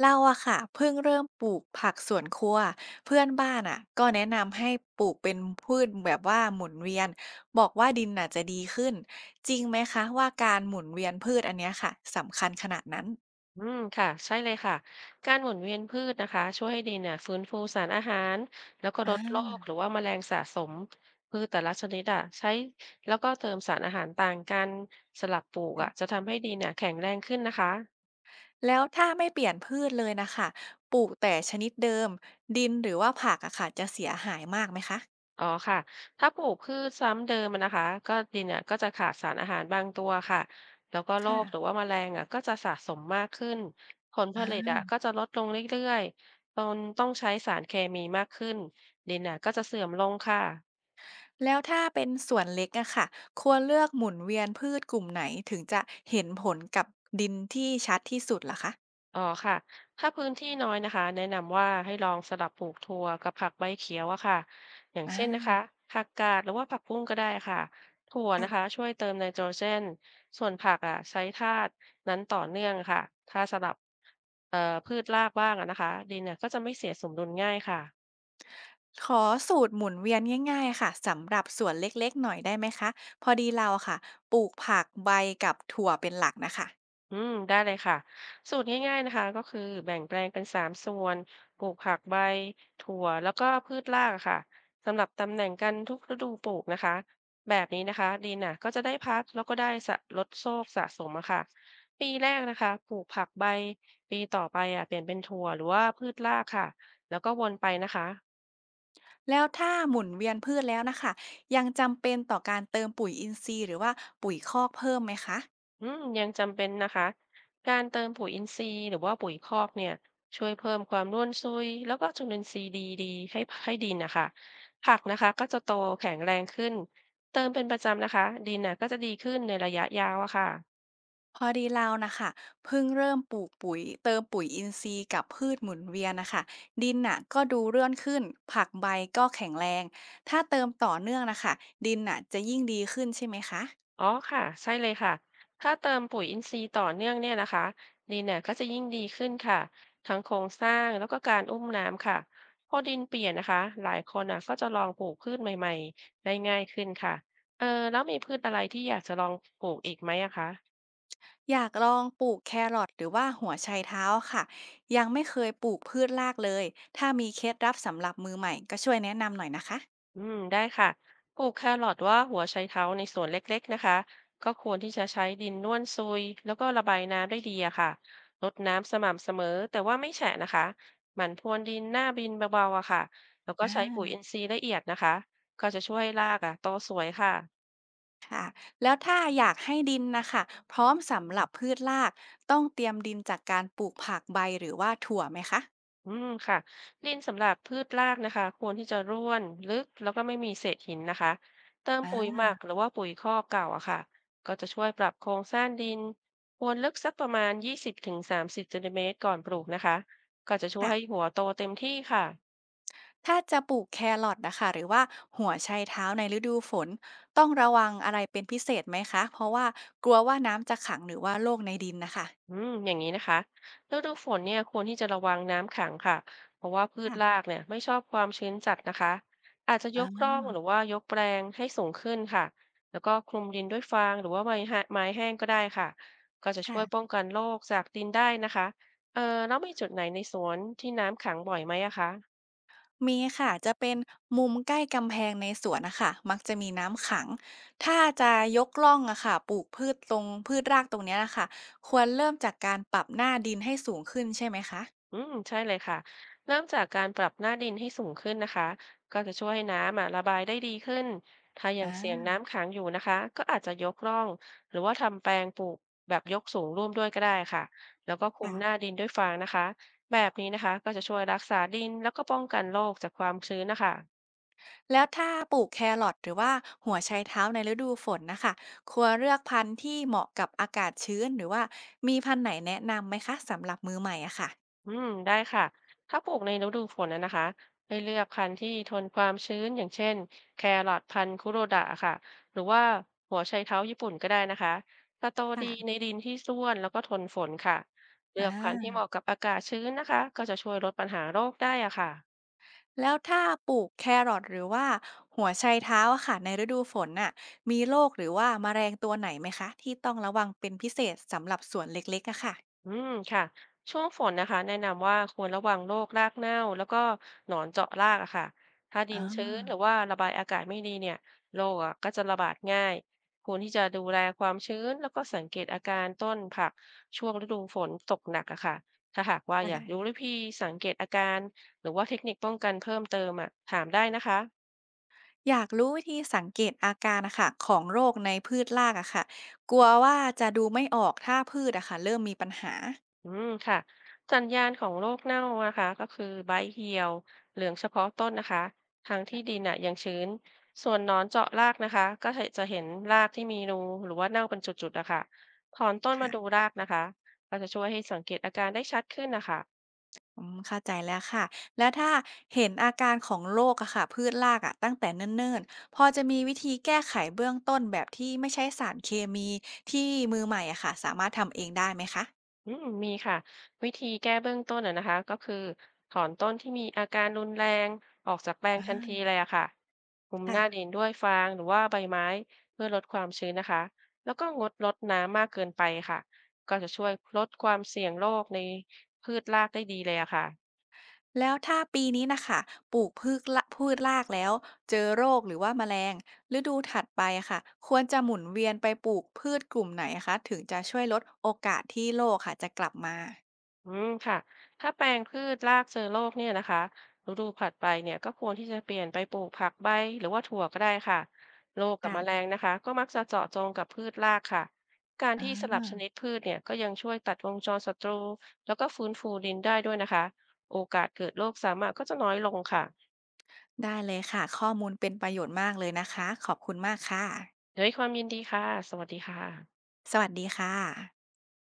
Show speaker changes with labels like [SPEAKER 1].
[SPEAKER 1] เราอะค่ะเพิ่งเริ่มปลูกผักสวนครัวเพื่อนบ้านอะก็แนะนำให้ปลูกเป็นพืชแบบว่าหมุนเวียนบอกว่าดินน่ะจะดีขึ้นจริงไหมคะว่าการหมุนเวียนพืชอันเนี้ยค่ะสำคัญขนาดนั้น
[SPEAKER 2] อืมค่ะใช่เลยค่ะการหมุนเวียนพืชนะคะช่วยให้ดินเนี่ยฟื้นฟูสารอาหารแล้วก็
[SPEAKER 1] อ่
[SPEAKER 2] ลดโร
[SPEAKER 1] า
[SPEAKER 2] คหรือว่าแมลงสะสมพืชแต่ละชนิดอ่ะใช้แล้วก็เติมสารอาหารต่างกันสลับปลูกอ่ะจะทำให้ดินเนี่ยแข็งแรงขึ้นนะคะ
[SPEAKER 1] แล้วถ้าไม่เปลี่ยนพืชเลยนะคะปลูกแต่ชนิดเดิมดินหรือว่าผักอะค่ะจะเสียหายมากไหมคะ
[SPEAKER 2] อ๋อค่ะถ้าปลูกพืชซ้ำเดิมอะนะคะก็ดินเนี่ยก็จะขาดสารอาหารบางตัวค่ะแล้วก็โรคหรือ
[SPEAKER 1] ค่ะ
[SPEAKER 2] ว่าแมลงอ่ะก็จะสะสมมากขึ้นผลผ
[SPEAKER 1] อ่
[SPEAKER 2] ลิต
[SPEAKER 1] า
[SPEAKER 2] อ่ะก็จะลดลงเรื่อยๆตนต้องใช้สารเคมีมากขึ้นดินน่ะก็จะเสื่อมลงค่ะ
[SPEAKER 1] แล้วถ้าเป็นสวนเล็กอะค่ะควรเลือกหมุนเวียนพืชกลุ่มไหนถึงจะเห็นผลกับดินที่ชัดที่สุดล่ะคะ
[SPEAKER 2] อ๋อค่ะ ถ้าพื้นที่น้อยนะคะแนะนำว่าให้ลองสลับปลูกถั่วกับผักใบเขียวอะค่ะอย่างเช่นนะ
[SPEAKER 1] อา
[SPEAKER 2] คะผักกาดหรือว่าผักบุ้งก็ได้ค่ะถั่ว
[SPEAKER 1] ค่ะ
[SPEAKER 2] นะคะช่วยเติมไนโตรเจนส่วนผักอ่ะใช้ธาตุนั้นต่อเนื่องค่ะ ถ้าสลับเอ่อพืชรากบ้างอะนะคะดินเนี่ยก็จะไม่เสียสมดุลง่ายค่ะ
[SPEAKER 1] ขอสูตรหมุนเวียนง่ายๆค่ะสำหรับสวนเล็กๆหน่อยได้ไหมคะพอดีเราอะค่ะปลูกผักใบกับถั่วเป็นหลักน่ะค่ะ
[SPEAKER 2] อืมได้เลยค่ะสูตรง่ายๆนะคะก็คือแบ่งแปลงเป็นสามส่วนปลูกผักใบถั่วแล้วก็พืชรากอะค่ะสำหรับตำแหน่งกันทุกฤดูปลูกนะคะแบบนี้นะคะดินน่ะก็จะได้พักแล้วก็ได้สะลดโซกสะสมอะค่ะปีแรกนะคะปลูกผักใบปีต่อไปอ่ะเปลี่ยนเป็นถั่วหรือว่าพืชรากค่ะแล้วก็วนไปนะคะ
[SPEAKER 1] แล้วถ้าหมุนเวียนพืชแล้วน่ะค่ะยังจำเป็นต่อการเติมปุ๋ยอินทรีย์หรือว่าปุ๋ยคอกเพิ่มไหมคะ
[SPEAKER 2] อืมยังจำเป็นนะคะการเติมปุ๋ยอินทรีย์หรือว่าปุ๋ยคอกเนี่ยช่วยเพิ่มความร่วนซุยแล้วก็จุลินทรีย์ดีดีให้ให้ดินนะคะผักนะคะก็จะโตแข็งแรงขึ้นเติมเป็นประจำนะคะดินน่ะก็จะดีขึ้นในระยะยาวอะค่ะ
[SPEAKER 1] พอดีเราน่ะค่ะเพิ่งเริ่มปลูกปุ๋ยเติมปุ๋ยอินทรีย์กับพืชหมุนเวียนน่ะค่ะดินน่ะก็ดูร่วนขึ้นผักใบก็แข็งแรงถ้าเติมต่อเนื่องน่ะค่ะดินน่ะจะยิ่งดีขึ้นใช่ไหมคะ
[SPEAKER 2] อ๋อค่ะใช่เลยค่ะถ้าเติมปุ๋ยอินทรีย์ต่อเนื่องเนี่ยนะคะดินเนี่ยก็จะยิ่งดีขึ้นค่ะทั้งโครงสร้างแล้วก็การอุ้มน้ำค่ะพอดินเปลี่ยนนะคะหลายคนอ่ะก็จะลองปลูกพืชใหม่ๆได้ง่ายขึ้นค่ะเออแล้วมีพืชอะไรที่อยากจะลองปลูกอีกไหมอะคะ
[SPEAKER 1] อยากลองปลูกแครอทหรือว่าหัวไชเท้าค่ะยังไม่เคยปลูกพืชรากเลยถ้ามีเคล็ดลับสำหรับมือใหม่ก็ช่วยแนะนำหน่อยนะคะ
[SPEAKER 2] อืมได้ค่ะปลูกแครอทว่าหัวไชเท้าในสวนเล็กๆนะคะ ก็ควรที่จะใช้ดินน่วนซุยแล้วก็ระบายน้ำได้ดีอะค่ะรดน้ำสม่ำเสมอแต่ว่าไม่แฉะนะคะหมั่นพรวนดินหน้าบินเบาๆอะค่ะแล้วก็
[SPEAKER 1] อ่า
[SPEAKER 2] ใช้ปุ๋ยอินทรีย์ละเอียดนะคะ ก็จะช่วยรากอะโตสวยค่ะ
[SPEAKER 1] ค่ะแล้วถ้าอยากให้ดินนะคะพร้อมสำหรับพืชรากต้องเตรียมดินจากการปลูกผักใบหรือว่าถั่วไหมคะ
[SPEAKER 2] อืมค่ะดินสำหรับพืชรากนะคะควรที่จะร่วนลึกแล้วก็ไม่มีเศษหินนะคะเติม
[SPEAKER 1] อ่
[SPEAKER 2] ปุ๋ยห
[SPEAKER 1] า
[SPEAKER 2] มักหรือว่าปุ๋ยคอกเก่าอะค่ะก็จะช่วยปรับโครงสร้างดินควรลึกสักประมาณ20 ถึง 30 เซนติเมตรก่อนปลูกนะคะก็จะช่วย
[SPEAKER 1] ค่ะ
[SPEAKER 2] ให้หัวโตเต็มที่ค่ะ
[SPEAKER 1] ถ้าจะปลูกแครอทนะคะหรือว่าหัวไชเท้าในฤดูฝนต้องระวังอะไรเป็นพิเศษไหมคะเพราะว่ากลัวว่าน้ำจะขังหรือว่าโรคในดินนะคะ
[SPEAKER 2] อืมอย่างนี้นะคะฤดูฝนเนี่ยควรที่จะระวังน้ำขังค่ะเพราะว่าพืชรา
[SPEAKER 1] ค่ะ
[SPEAKER 2] กเนี่ยไม่ชอบความชื้นจัดนะคะอาจจะยกร่
[SPEAKER 1] อ่า
[SPEAKER 2] องหรือว่ายกแปลงให้สูงขึ้นค่ะแล้วก็คลุมดินด้วยฟางหรือว่าใบหะไม้แห้งก็ได้ค่ะก็จะช่วยป้
[SPEAKER 1] ค่ะ
[SPEAKER 2] องกันโรคจากดินได้นะคะเออแล้วมีจุดไหนในสวนที่น้ำขังบ่อยไหมอะคะ
[SPEAKER 1] มีค่ะจะเป็นมุมใกล้กำแพงในสวนนะคะมักจะมีน้ำขังถ้าจะยกล่องอะค่ะปลูกพืชตรงพืชรากตรงเนี้ยนะคะควรเริ่มจากการปรับหน้าดินให้สูงขึ้นใช่ไหมคะ
[SPEAKER 2] อืมใช่เลยค่ะเริ่มจากการปรับหน้าดินให้สูงขึ้นนะคะก็จะช่วยให้น้ำอ่ะระบายได้ดีขึ้นถ้ายังเสี่ยง
[SPEAKER 1] อา
[SPEAKER 2] น้ำขังอยู่นะคะก็อาจจะยกร่องหรือว่าทำแปลงปลูกแบบยกสูงร่วมด้วยก็ได้ค่ะแล้วก็คลุ
[SPEAKER 1] ค่ะ
[SPEAKER 2] มหน้าดินด้วยฟางนะคะแบบนี้นะคะก็จะช่วยรักษาดินแล้วก็ป้องกันโรคจากความชื้นนะคะ
[SPEAKER 1] แล้วถ้าปลูกแครอทหรือว่าหัวไชเท้าในฤดูฝนนะคะควรเลือกพันธุ์ที่เหมาะกับอากาศชื้นหรือว่ามีพันธุ์ไหนแนะนำไหมคะสำหรับมือใหม่อะค่ะ
[SPEAKER 2] อืมได้ค่ะ ถ้าปลูกในฤดูฝนนะคะให้เลือกพันธุ์ที่ทนความชื้นอย่างเช่นแครอทพันธุ์คุโรดะค่ะ หรือว่าหัวไชเท้าญี่ปุ่นก็ได้นะคะจะโตดีใน
[SPEAKER 1] ค่ะ
[SPEAKER 2] ดินที่ร่วนแล้วก็ทนฝนค่ะ เลื
[SPEAKER 1] อ
[SPEAKER 2] อกพันธุ์ที่เห
[SPEAKER 1] า
[SPEAKER 2] มาะกับอากาศชื้นนะคะ ก็จะช่วยลดปัญหาโรคได้อะค่ะ
[SPEAKER 1] แล้วถ้าปลูกแครอทหรือว่าหัวไชเท้าอะค่ะในฤดูฝนน่ะมีโรคหรือว่าแมลงตัวไหนไหมคะที่ต้องระวังเป็นพิเศษสำหรับสวนเล็กๆอะค่ะ
[SPEAKER 2] อืมค่ะช่วงฝนนะคะแนะนำว่าควรระวังโรครากเน่าแล้วก็หนอนเจาะรากอะค่ะถ้าดิ
[SPEAKER 1] อ๋
[SPEAKER 2] นชื้
[SPEAKER 1] อ
[SPEAKER 2] นหรือว่าระบายอากาศไม่ดีเนี่ยโรคอะก็จะระบาดง่ายควรที่จะดูแลความชื้นแล้วก็สังเกตอาการต้นผักช่วงฤดูฝนตกหนักอะค่ะถ้าหากว่าอยากรู้
[SPEAKER 1] ค่ะ
[SPEAKER 2] วิธีสังเกตอาการหรือว่าเทคนิคป้องกันเพิ่มเติมอะถามได้นะคะ
[SPEAKER 1] อยากรู้วิธีสังเกตอาการนะคะของโรคในพืชรากอะค่ะกลัวว่าจะดูไม่ออกถ้าพืชอะค่ะเริ่มมีปัญหา
[SPEAKER 2] อืมค่ะสัญญาณของโรคเน่านะคะก็คือใบเหี่ยวเหลืองเฉพาะต้นนะคะทางที่ดินอ่ะยังชื้นส่วนหนอนเจาะรากนะคะก็จะเห็นรากที่มีรูหรือว่าเน่าเป็นจุดๆนะคะถอนต้นมา
[SPEAKER 1] ค่ะ
[SPEAKER 2] ดูรากนะคะก็จะช่วยให้สังเกตอาการได้ชัดขึ้นนะคะ
[SPEAKER 1] อืมเข้าใจแล้วค่ะแล้วถ้าเห็นอาการของโรคอะค่ะพืชรากอะตั้งแต่เนิ่นๆพอจะมีวิธีแก้ไขเบื้องต้นแบบที่ไม่ใช้สารเคมีที่มือใหม่อะค่ะสามารถทำเองได้ไหมคะ
[SPEAKER 2] อืมมีค่ะวิธีแก้เบื้องต้นอะนะคะก็คือถอนต้นที่มีอาการรุนแรงออกจากแปลงทันที
[SPEAKER 1] อา
[SPEAKER 2] เลยอะค่ะคลุมห
[SPEAKER 1] ค่ะ
[SPEAKER 2] น้าดินด้วยฟางหรือว่าใบไม้เพื่อลดความชื้นนะคะแล้วก็งดรดน้ำมากเกินไปค่ะก็จะช่วยลดความเสี่ยงโรคในพืชรากได้ดีเลยอะค่ะ
[SPEAKER 1] แล้วถ้าปีนี้น่ะค่ะปลูกพืชรากแล้วเจอโรคหรือว่าแมลงฤดูถัดไปอะค่ะควรจะหมุนเวียนไปปลูกพืชกลุ่มไหนอะคะถึงจะช่วยลดโอกาสที่โรคค่ะจะกลับมา
[SPEAKER 2] อืมค่ะถ้าแปลงพืชรากเชื้อโรคเนี่ยนะคะฤดูผัดไปเนี่ยก็ควรที่จะเปลี่ยนไปปลูกผักใบหรือว่าถั่วก็ได้ค่ะโรคกับแมล
[SPEAKER 1] ค่ะ
[SPEAKER 2] งนะคะก็มักจะเจาะจงกับพืชรากค่ะการ
[SPEAKER 1] อ
[SPEAKER 2] ที่สลับช
[SPEAKER 1] า
[SPEAKER 2] นิดพืชเนี่ยก็ยังช่วยตัดวงจรศัตรูแล้วก็ฟื้นฟูดินได้ด้วยนะคะโอกาสเกิดโรคสามารถก็จะน้อยลงค่ะ
[SPEAKER 1] ได้เลยค่ะข้อมูลเป็นประโยชน์มากเลยนะคะขอบคุณมากค่ะ
[SPEAKER 2] ด้วยความยินดีค่ะสวัสดีค่ะ
[SPEAKER 1] สวัสดีค่ะ